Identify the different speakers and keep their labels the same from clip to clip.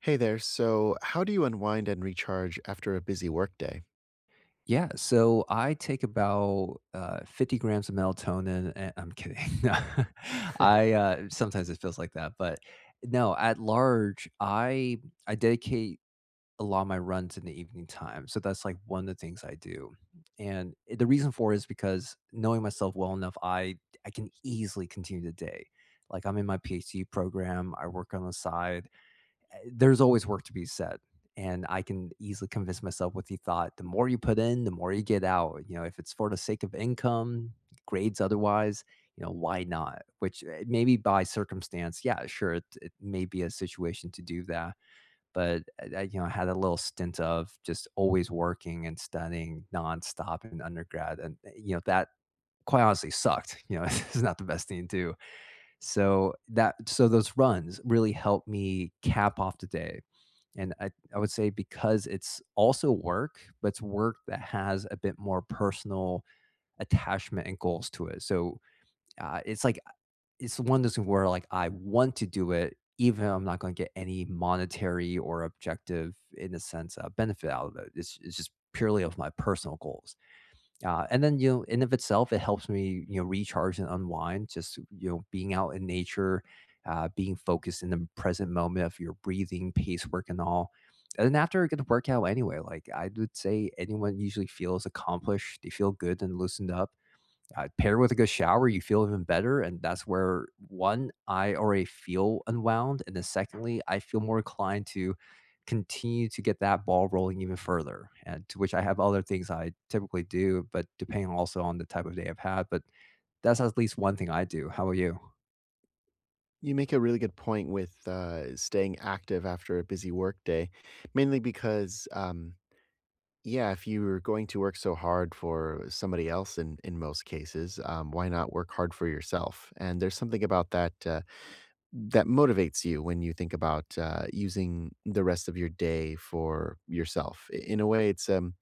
Speaker 1: Hey there. So, how do you unwind and recharge after a busy workday?
Speaker 2: Yeah, so I take about, 50 grams of melatonin and I'm kidding. No, I, sometimes it feels like that, but no, at large, I dedicate a lot of my runs in the evening time, so that's, like, one of the things I do, and the reason for it is because knowing myself well enough, I can easily continue the day. Like, I'm in my PhD program, I work on the side, there's always work to be said. And I can easily convince myself with the thought, the more you put in, the more you get out. You know, if it's for the sake of income, grades otherwise, you know, why not? Which, maybe by circumstance, yeah, sure, it may be a situation to do that. But I, you know, I had a little stint of just always working and studying nonstop in undergrad. You know, that quite honestly sucked. You know, it's not the best thing to do. So those runs really help me cap off the day. And I would say because it's also work, but it's work that has a bit more personal attachment and goals to it. It's like it's one of those where, like, I want to do it, even if I'm not going to get any monetary or objective in a sense, benefit out of it. It's just purely of my personal goals. And then, you know, in of itself, it helps me, you know, recharge and unwind. Just, you know, being out in nature, being focused in the present moment of your breathing, pace, work, and all. And then after a good workout, anyway, like, I would say, anyone usually feels accomplished. They feel good and loosened up, paired with a good shower, you feel even better. And that's where, one, I already feel unwound. And then, secondly, I feel more inclined to continue to get that ball rolling even further. And to which I have other things I typically do, but depending also on the type of day I've had. But that's at least one thing I do. How about you?
Speaker 1: You make a really good point with staying active after a busy workday, mainly because, yeah, if you're going to work so hard for somebody else in most cases, why not work hard for yourself? And there's something about that that motivates you when you think about using the rest of your day for yourself. In a way,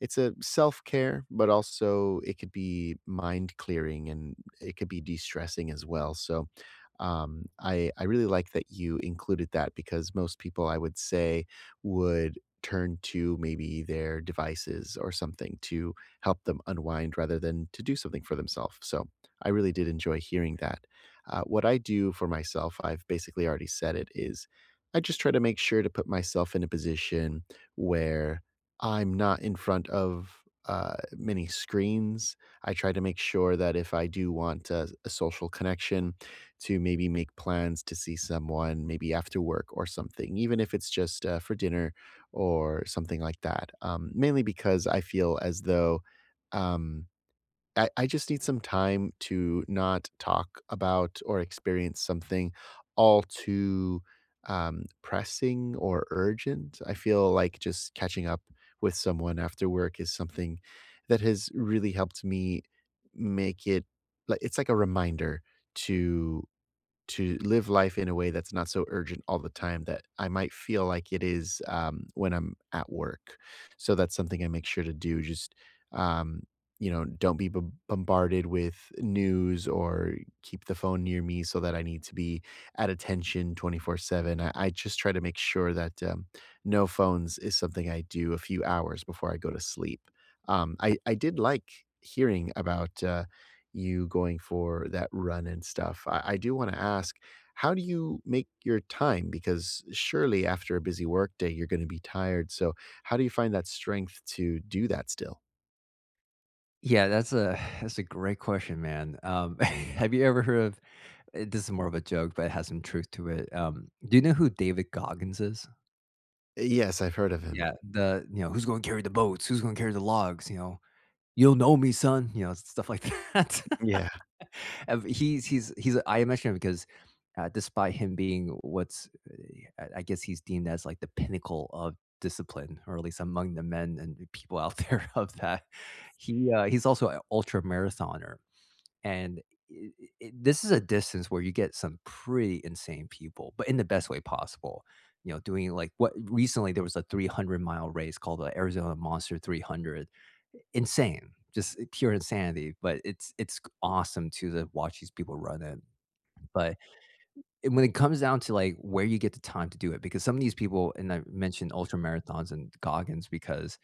Speaker 1: it's a self-care, but also it could be mind clearing and it could be de-stressing as well. So, I really like that you included that because most people, I would say, would turn to maybe their devices or something to help them unwind rather than to do something for themselves. So, I really did enjoy hearing that. What I do for myself, I've basically already said it, is I just try to make sure to put myself in a position where I'm not in front of, many screens. I try to make sure that if I do want a social connection to maybe make plans to see someone maybe after work or something, even if it's just, for dinner or something like that, mainly because I feel as though, um I just need some time to not talk about or experience something all too pressing or urgent. I feel like just catching up with someone after work is something that has really helped me make it like, it's like a reminder to to live life in a way that's not so urgent all the time that I might feel like it is, when I'm at work. So that's something I make sure to do. Just, um, you know, don't be bombarded with news or keep the phone near me so that I need to be at attention 24 7. I just try to make sure that no phones is something I do a few hours before I go to sleep. I did like hearing about you going for that run and stuff. I do want to ask, how do you make your time? Because surely after a busy work day, you're going to be tired. So, how do you find that strength to do that still?
Speaker 2: Yeah, that's a great question, man. Have you ever heard of, this is more of a joke, but it has some truth to it. Do you know who David Goggins is?
Speaker 1: Yes, I've heard of him.
Speaker 2: Yeah, the, you know, "Who's gonna carry the boats? Who's gonna carry the logs?" You know, "You'll know me, son," you know, stuff like that.
Speaker 1: Yeah.
Speaker 2: Of he's I mention him because, despite him being what's, I guess he's deemed as, like, the pinnacle of discipline, or at least among the men and the people out there of that. He, he's also an ultra marathoner. And I this is a distance where you get some pretty insane people, but in the best way possible. You know, doing like, what, recently there was a 300-mile race called the Arizona Monster 300. Insane, just, pure insanity, but it's awesome to the watch these people run it. But, and when it comes down to, like, where you get the time to do it, because some of these people, and I mentioned ultra marathons and Goggins because,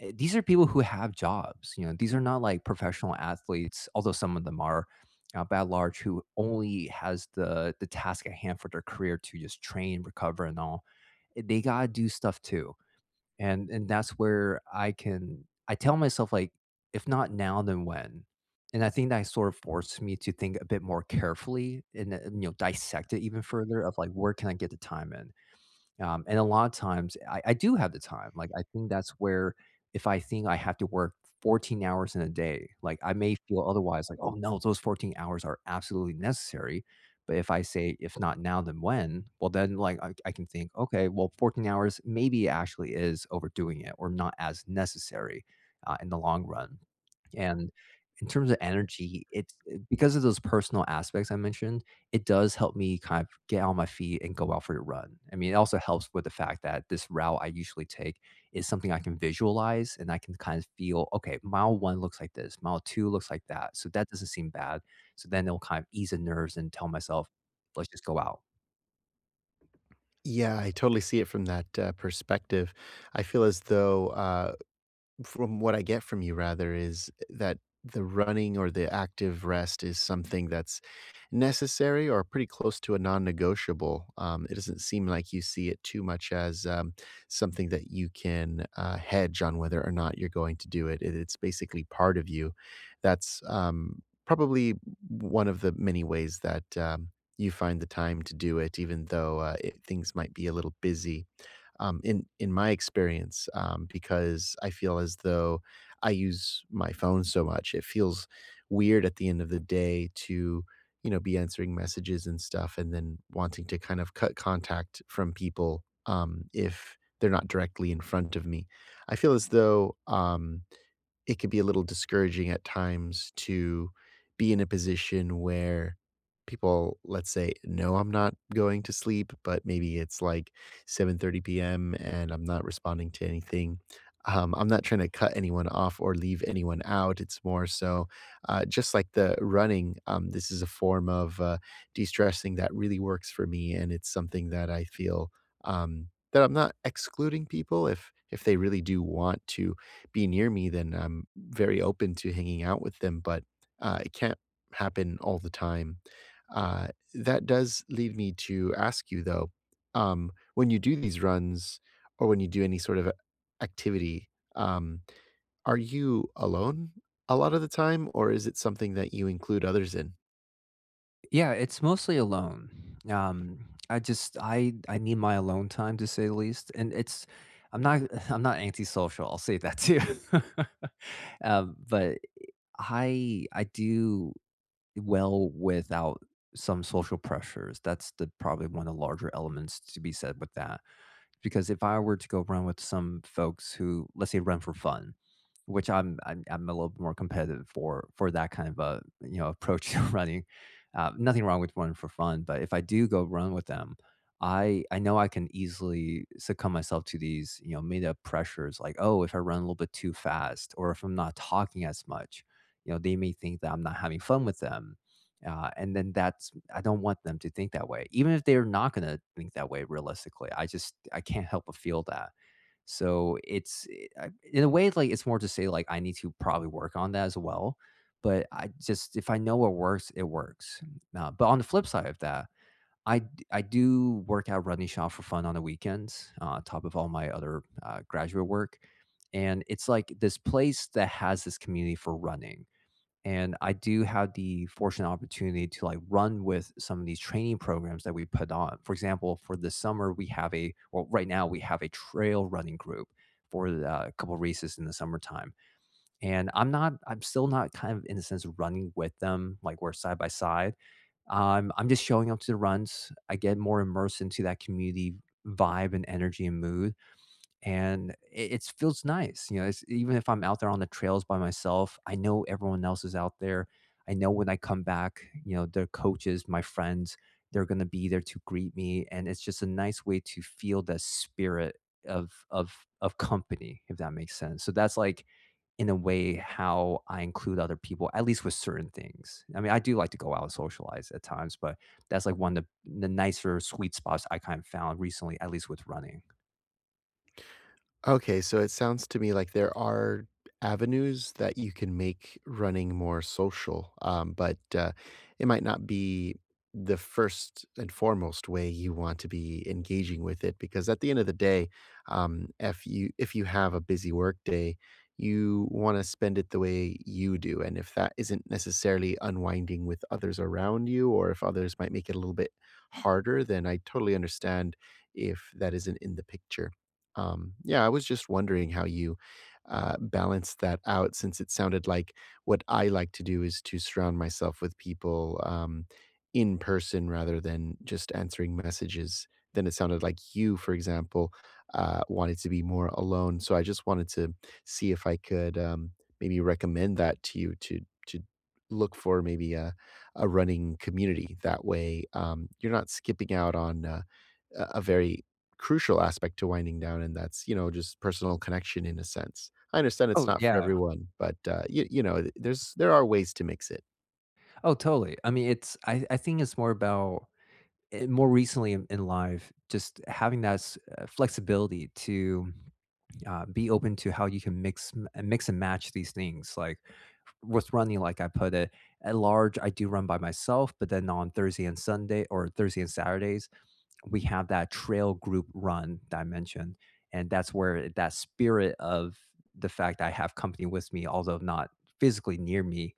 Speaker 2: these are people who have jobs, you know, these are not like professional athletes, although some of them are, by and large, who only has the task at hand for their career to just train, recover, and all. They gotta do stuff too, and that's where I can, I tell myself like, if not now, then when? And I think that sort of forced me to think a bit more carefully and, you know, dissect it even further of like, where can I get the time in, and a lot of times I do have the time. Like, I think that's where if I think I have to work 14 hours in a day, like, I may feel otherwise like, oh no, those 14 hours are absolutely necessary. But if I say, if not now, then when? Well, then, like, I can think, okay, well, 14 hours maybe actually is overdoing it or not as necessary, in the long run. And in terms of energy, it's because of those personal aspects I mentioned, it does help me kind of get on my feet and go out for a run. I mean, it also helps with the fact that this route I usually take is something I can visualize and I can kind of feel, okay, mile one looks like this, mile two looks like that. So that doesn't seem bad. So then it'll kind of ease the nerves and tell myself, let's just go out.
Speaker 1: Yeah, I totally see it from that perspective. I feel as though from what I get from you rather is that the running or the active rest is something that's necessary or pretty close to a non-negotiable. It doesn't seem like you see it too much as something that you can hedge on whether or not you're going to do it. It's basically part of you. That's probably one of the many ways that you find the time to do it, even though things might be a little busy in my experience, because I feel as though I use my phone so much. It feels weird at the end of the day to, you know, be answering messages and stuff, and then wanting to kind of cut contact from people if they're not directly in front of me. I feel as though. It could be a little discouraging at times to be in a position where people, let's say, "No, I'm not going to sleep," but maybe it's like 7:30 PM and I'm not responding to anything. I'm not trying to cut anyone off or leave anyone out. It's more so, just like the running, this is a form of, de-stressing that really works for me, and it's something that I feel, that I'm not excluding people if they really do want to be near me, then I'm very open to hanging out with them, but, it can't happen all the time. That does lead me to ask you though, when you do these runs or when you do any sort of a activity, um, are you alone a lot of the time, or is it something that you include others in?
Speaker 2: Yeah, it's mostly alone. I just I need my alone time to say the least, and it's, I'm not I'm not antisocial. I'll say that too. But I do well without some social pressures. That's the, probably, one of the larger elements to be said with that. Because if I were to go run with some folks who, let's say, run for fun, which I'm a little bit more competitive for that kind of a, you know, approach to running. Nothing wrong with running for fun, but if I do go run with them, I know I can easily succumb myself to these, you know, made up pressures like, oh, if I run a little bit too fast or if I'm not talking as much, you know, they may think that I'm not having fun with them, and then that's, I don't want them to think that way. Even if they're not going to think that way realistically, I just, I can't help but feel that. So it's, in a way, like, it's more to say like, I need to probably work on that as well. But I just, if I know what works, it works. But on the flip side of that, I do work out running shop for fun on the weekends, on top of all my other, graduate work, and it's like this place that has this community for running, and I do have the fortunate opportunity to, like, run with some of these training programs that we put on. For example, for the summer, we have a, well, right now we have a trail running group for, a couple races in the summertime. And I'm still not kind of, in a sense, running with them, like we're side by side. I'm just showing up to the runs. I get more immersed into that community vibe and energy and mood. And it feels nice, you know, it's, even if I'm out there on the trails by myself, I know everyone else is out there. I know when I come back, you know, their coaches, my friends, they're gonna be there to greet me, and it's just a nice way to feel the spirit of of of company, if that makes sense. So that's, like, in a way, how I include other people, at least with certain things. I mean, I do like to go out and socialize at times, but that's, like, one of the nicer sweet spots I kind of found recently, at least with running.
Speaker 1: Okay, so it sounds to me like there are avenues that you can make running more social, but it might not be the first and foremost way you want to be engaging with it because at the end of the day, if you have a busy work day, you want to spend it the way you do, and if that isn't necessarily unwinding with others around you, or if others might make it a little bit harder, then I totally understand if that isn't in the picture. Yeah, I was just wondering how you, balance that out since it sounded like what I like to do is to surround myself with people, in person rather than just answering messages. Then it sounded like you, for example, wanted to be more alone. So I just wanted to see if I could, maybe recommend that to you to look for maybe a running community. That way, you're not skipping out on, a very crucial aspect to winding down, and that's, you know, just personal connection in a sense. I understand it's
Speaker 2: Oh,
Speaker 1: not for
Speaker 2: yeah.
Speaker 1: everyone, but, you you know, there's there are ways to mix it.
Speaker 2: Oh, totally. I mean, it's, I think it's more about, more recently in life, just having that, flexibility to, be open to how you can mix and match these things. Like, with running, like I put it at large, I do run by myself, but then on Thursday and Sunday or Thursday and Saturdays, we have that trail group run that I mentioned, and that's where that spirit of the fact that I have company with me, although not physically near me,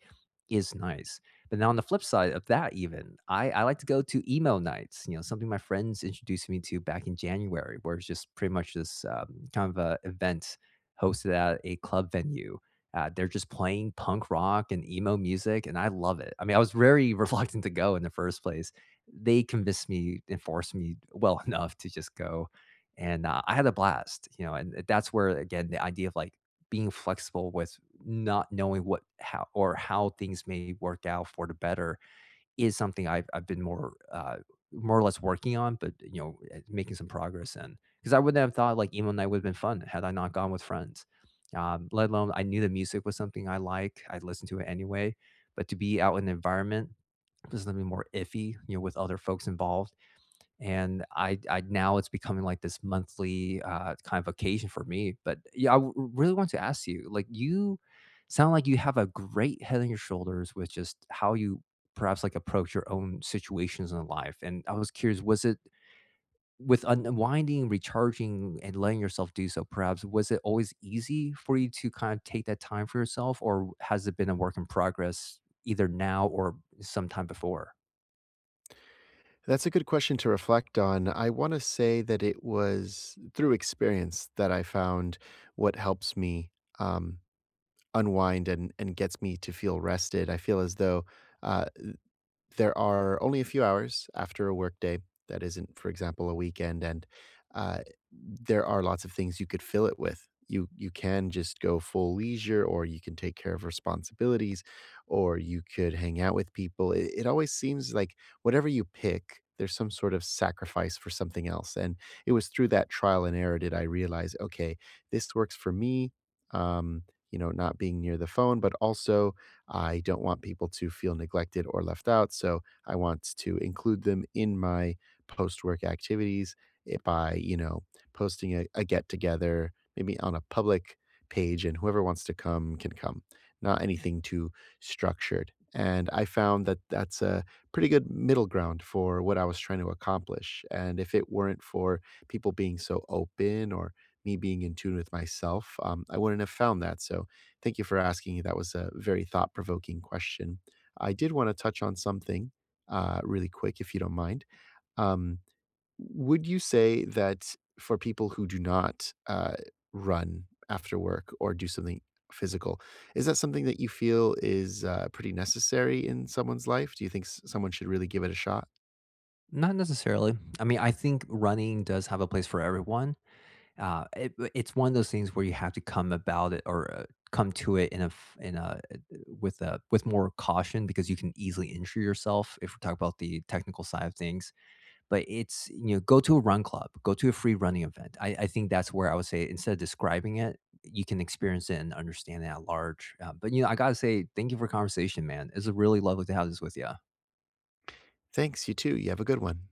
Speaker 2: is nice. But now on the flip side of that, even I like to go to emo nights. You know, something my friends introduced me to back in January, where it's just pretty much this, kind of a event hosted at a club venue. They're just playing punk rock and emo music, and I love it. I mean, I was very reluctant to go in the first place. They convinced me and forced me, well, enough to just go, and, I had a blast, you know, and, that's where, again, the idea of, like, being flexible with not knowing what how or how things may work out for the better is something I've been more, more or less working on, but, you know, making some progress in, because I wouldn't have thought, like, emo night would've been fun had I not gone with friends, let alone I knew the music was something I like, I listened to it anyway, but to be out in the environment, this is gonna be more iffy, you know, with other folks involved. And I, now it's becoming like this monthly, kind of occasion for me. But yeah, really want to ask you, like, you sound like you have a great head on your shoulders with just how you perhaps, like, approach your own situations in life. And I was curious, was it with unwinding, recharging, and letting yourself do so? Perhaps was it always easy for you to kind of take that time for yourself, or has it been a work in progress, either now or sometime before?
Speaker 1: That's a good question to reflect on. I wanna say that it was through experience that I found what helps me, um, unwind and gets me to feel rested. I feel as though, uh there are only a few hours after a workday that isn't, for example, a weekend, and uh, there are lots of things you could fill it with. You can just go full leisure, or you can take care of responsibilities, or you could hang out with people. It always seems like whatever you pick, there's some sort of sacrifice for something else. And it was through that trial and error did I realize, okay, this works for me. Um, you know, not being near the phone, but also I don't want people to feel neglected or left out, so I want to include them in my post-work activities it by, you know, posting a get-together, maybe on a public page, and whoever wants to come can come, not anything too structured, and I found that that's a pretty good middle ground for what I was trying to accomplish, and if it weren't for people being so open or me being in tune with myself, I wouldn't have found that, so thank you for asking. That was a very thought provoking question. I did want to touch on something really quick, if you don't mind. Um, would you say that for people who do not run after work or do something physical, is that something that you feel is pretty necessary in someone's life? Do you think someone should really give it a shot?
Speaker 2: Not necessarily. I mean, I think running does have a place for everyone. It's one of those things where you have to come about it or, come to it in a, with a, with more caution because you can easily injure yourself if we talk about the technical side of things. But it's, you know, go to a run club, go to a free running event. I think that's where I would say, instead of describing it, you can experience it and understand it at large. But you know, I gotta say, thank you for conversation, man. It's really lovely to have this with you.
Speaker 1: Thanks. You too. You have a good one.